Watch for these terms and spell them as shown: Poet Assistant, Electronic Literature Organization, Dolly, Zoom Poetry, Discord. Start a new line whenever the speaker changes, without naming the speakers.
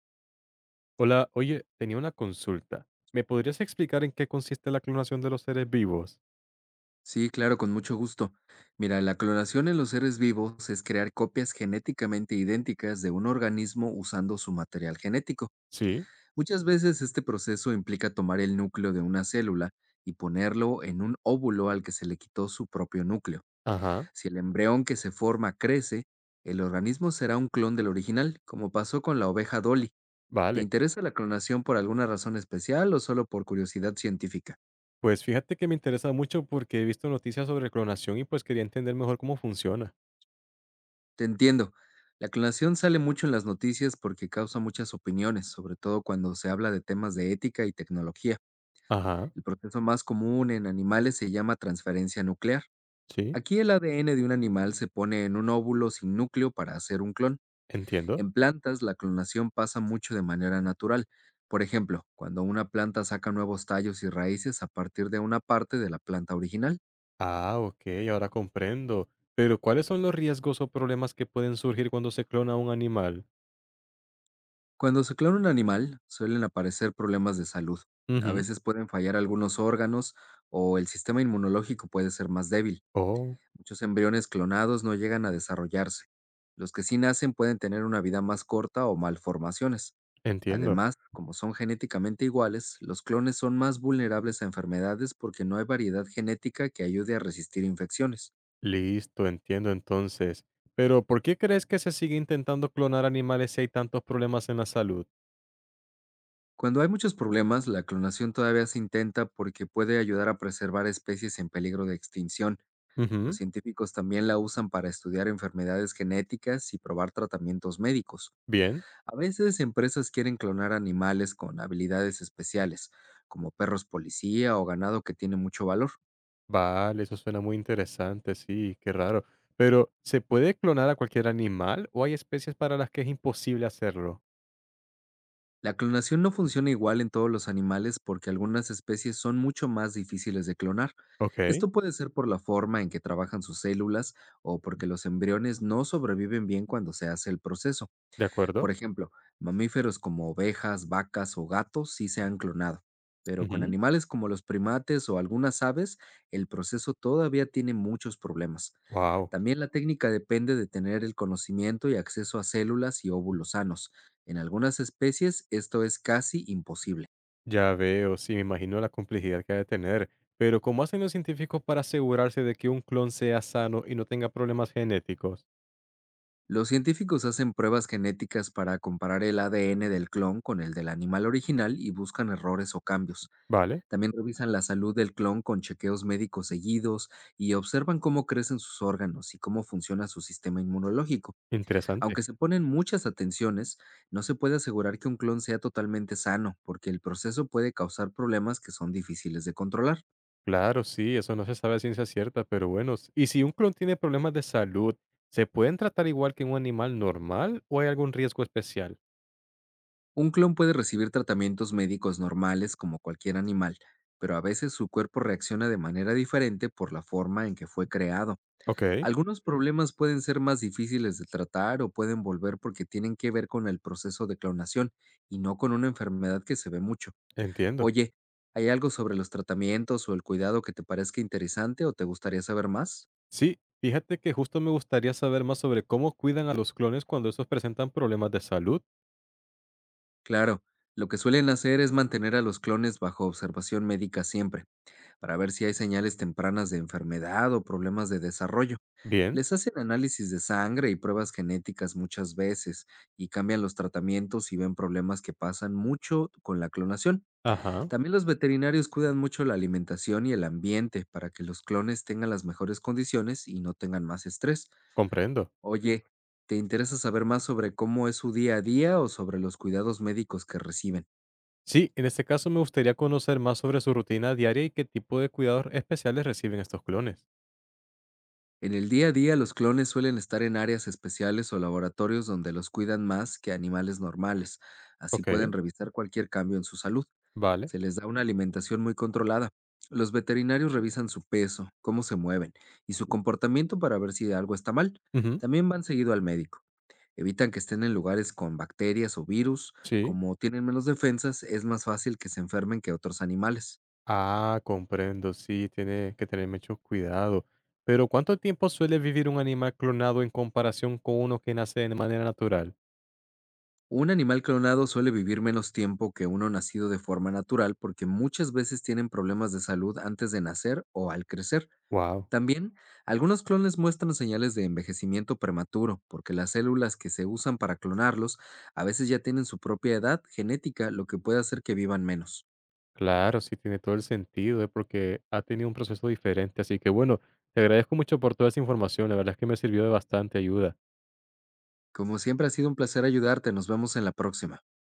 Hola, oye, tenía una consulta. ¿Me podrías explicar en qué consiste la clonación de los seres vivos?
Sí, claro, con mucho gusto. Mira, la clonación en los seres vivos es crear copias genéticamente idénticas de un organismo usando su material genético.
Sí,
Muchas veces este proceso implica tomar el núcleo de una célula y ponerlo en un óvulo al que se le quitó su propio núcleo.
ajá,
Si el embrión que se forma crece, el organismo será un clon del original, como pasó con la oveja Dolly. ¿Te
vale.
interesa la clonación por alguna razón especial o solo por curiosidad científica?
Pues fíjate que me interesa mucho porque he visto noticias sobre clonación y pues quería entender mejor cómo funciona.
Te entiendo. La clonación sale mucho en las noticias porque causa muchas opiniones, sobre todo cuando se habla de temas de ética y tecnología.
Ajá,
El proceso más común en animales se llama transferencia nuclear.
sí,
Aquí el ADN de un animal se pone en un óvulo sin núcleo para hacer un clon.
entiendo.
En plantas, la clonación pasa mucho de manera natural. Por ejemplo, cuando una planta saca nuevos tallos y raíces a partir de una parte de la planta original.
Ah, ok, ahora comprendo. Pero ¿cuáles son los riesgos o problemas que pueden surgir cuando se clona un animal?
Cuando se clona un animal, suelen aparecer problemas de salud. A
Ujú,
veces pueden fallar algunos órganos o el sistema inmunológico puede ser más débil.
oh,
Muchos embriones clonados no llegan a desarrollarse. Los que sí nacen pueden tener una vida más corta o malformaciones.
entiendo.
Además, como son genéticamente iguales, los clones son más vulnerables a enfermedades porque no hay variedad genética que ayude a resistir infecciones.
Listo, entiendo entonces. Pero ¿por qué crees que se sigue intentando clonar animales si hay tantos problemas en la salud?
Cuando hay muchos problemas, la clonación todavía se intenta porque puede ayudar a preservar especies en peligro de extinción. Los
Ujú,
científicos también la usan para estudiar enfermedades genéticas y probar tratamientos médicos.
bien,
A veces empresas quieren clonar animales con habilidades especiales, como perros policía o ganado que tiene mucho valor.
vale, eso suena muy interesante, sí, qué raro. Pero ¿se puede clonar a cualquier animal o hay especies para las que es imposible hacerlo?
La clonación no funciona igual en todos los animales porque algunas especies son mucho más difíciles de clonar.
Ok,
Esto puede ser por la forma en que trabajan sus células o porque los embriones no sobreviven bien cuando se hace el proceso.
de
Por
acuerdo.
ejemplo, mamíferos como ovejas, vacas o gatos sí se han clonado, pero con animales como los primates o algunas aves, el proceso todavía tiene muchos problemas.
Wow,
También la técnica depende de tener el conocimiento y acceso a células y óvulos sanos. En algunas especies esto es casi imposible.
ya veo, sí, me imagino la complejidad que ha de tener. Pero ¿cómo hacen los científicos para asegurarse de que un clon sea sano y no tenga problemas genéticos?
Los científicos hacen pruebas genéticas para comparar el ADN del clon con el del animal original y buscan errores o cambios.
Vale,
También revisan la salud del clon con chequeos médicos seguidos y observan cómo crecen sus órganos y cómo funciona su sistema inmunológico.
interesante.
Aunque se ponen muchas atenciones, no se puede asegurar que un clon sea totalmente sano, porque el proceso puede causar problemas que son difíciles de controlar.
Claro, sí, eso no se sabe a ciencia cierta, pero bueno, ¿y si un clon tiene problemas de salud, se pueden tratar igual que un animal normal o hay algún riesgo especial?
Un clon puede recibir tratamientos médicos normales como cualquier animal, pero a veces su cuerpo reacciona de manera diferente por la forma en que fue creado.
Ok,
Algunos problemas pueden ser más difíciles de tratar o pueden volver porque tienen que ver con el proceso de clonación y no con una enfermedad que se ve mucho.
entiendo.
Oye, ¿hay algo sobre los tratamientos o el cuidado que te parezca interesante o te gustaría saber más?
Sí, fíjate que justo me gustaría saber más sobre cómo cuidan a los clones cuando estos presentan problemas de salud.
Claro, lo que suelen hacer es mantener a los clones bajo observación médica siempre, para ver si hay señales tempranas de enfermedad o problemas de desarrollo.
Bien,
Les hacen análisis de sangre y pruebas genéticas muchas veces y cambian los tratamientos y ven problemas que pasan mucho con la clonación.
ajá,
También los veterinarios cuidan mucho la alimentación y el ambiente para que los clones tengan las mejores condiciones y no tengan más estrés.
comprendo.
Oye, ¿te interesa saber más sobre cómo es su día a día o sobre los cuidados médicos que reciben?
Sí, en este caso me gustaría conocer más sobre su rutina diaria y qué tipo de cuidados especiales reciben estos clones.
En el día a día, los clones suelen estar en áreas especiales o laboratorios donde los cuidan más que animales normales. Así
Ok,
pueden revisar cualquier cambio en su salud.
vale.
Se les da una alimentación muy controlada. Los veterinarios revisan su peso, cómo se mueven y su comportamiento para ver si algo está mal.
Ujú,
También van seguido al médico. Evitan que estén en lugares con bacterias o virus.
sí.
Como tienen menos defensas, es más fácil que se enfermen que otros animales.
Ah, comprendo, sí, tiene que tener mucho cuidado. Pero ¿cuánto tiempo suele vivir un animal clonado en comparación con uno que nace de manera natural?
Un animal clonado suele vivir menos tiempo que uno nacido de forma natural porque muchas veces tienen problemas de salud antes de nacer o al crecer.
Wow,
También, algunos clones muestran señales de envejecimiento prematuro porque las células que se usan para clonarlos a veces ya tienen su propia edad genética, lo que puede hacer que vivan menos.
claro, sí tiene todo el sentido, ¿eh? Porque ha tenido un proceso diferente. Así que bueno, te agradezco mucho por toda esa información, la verdad es que me sirvió de bastante ayuda.
Como siempre, ha sido un placer ayudarte. Nos vemos en la próxima.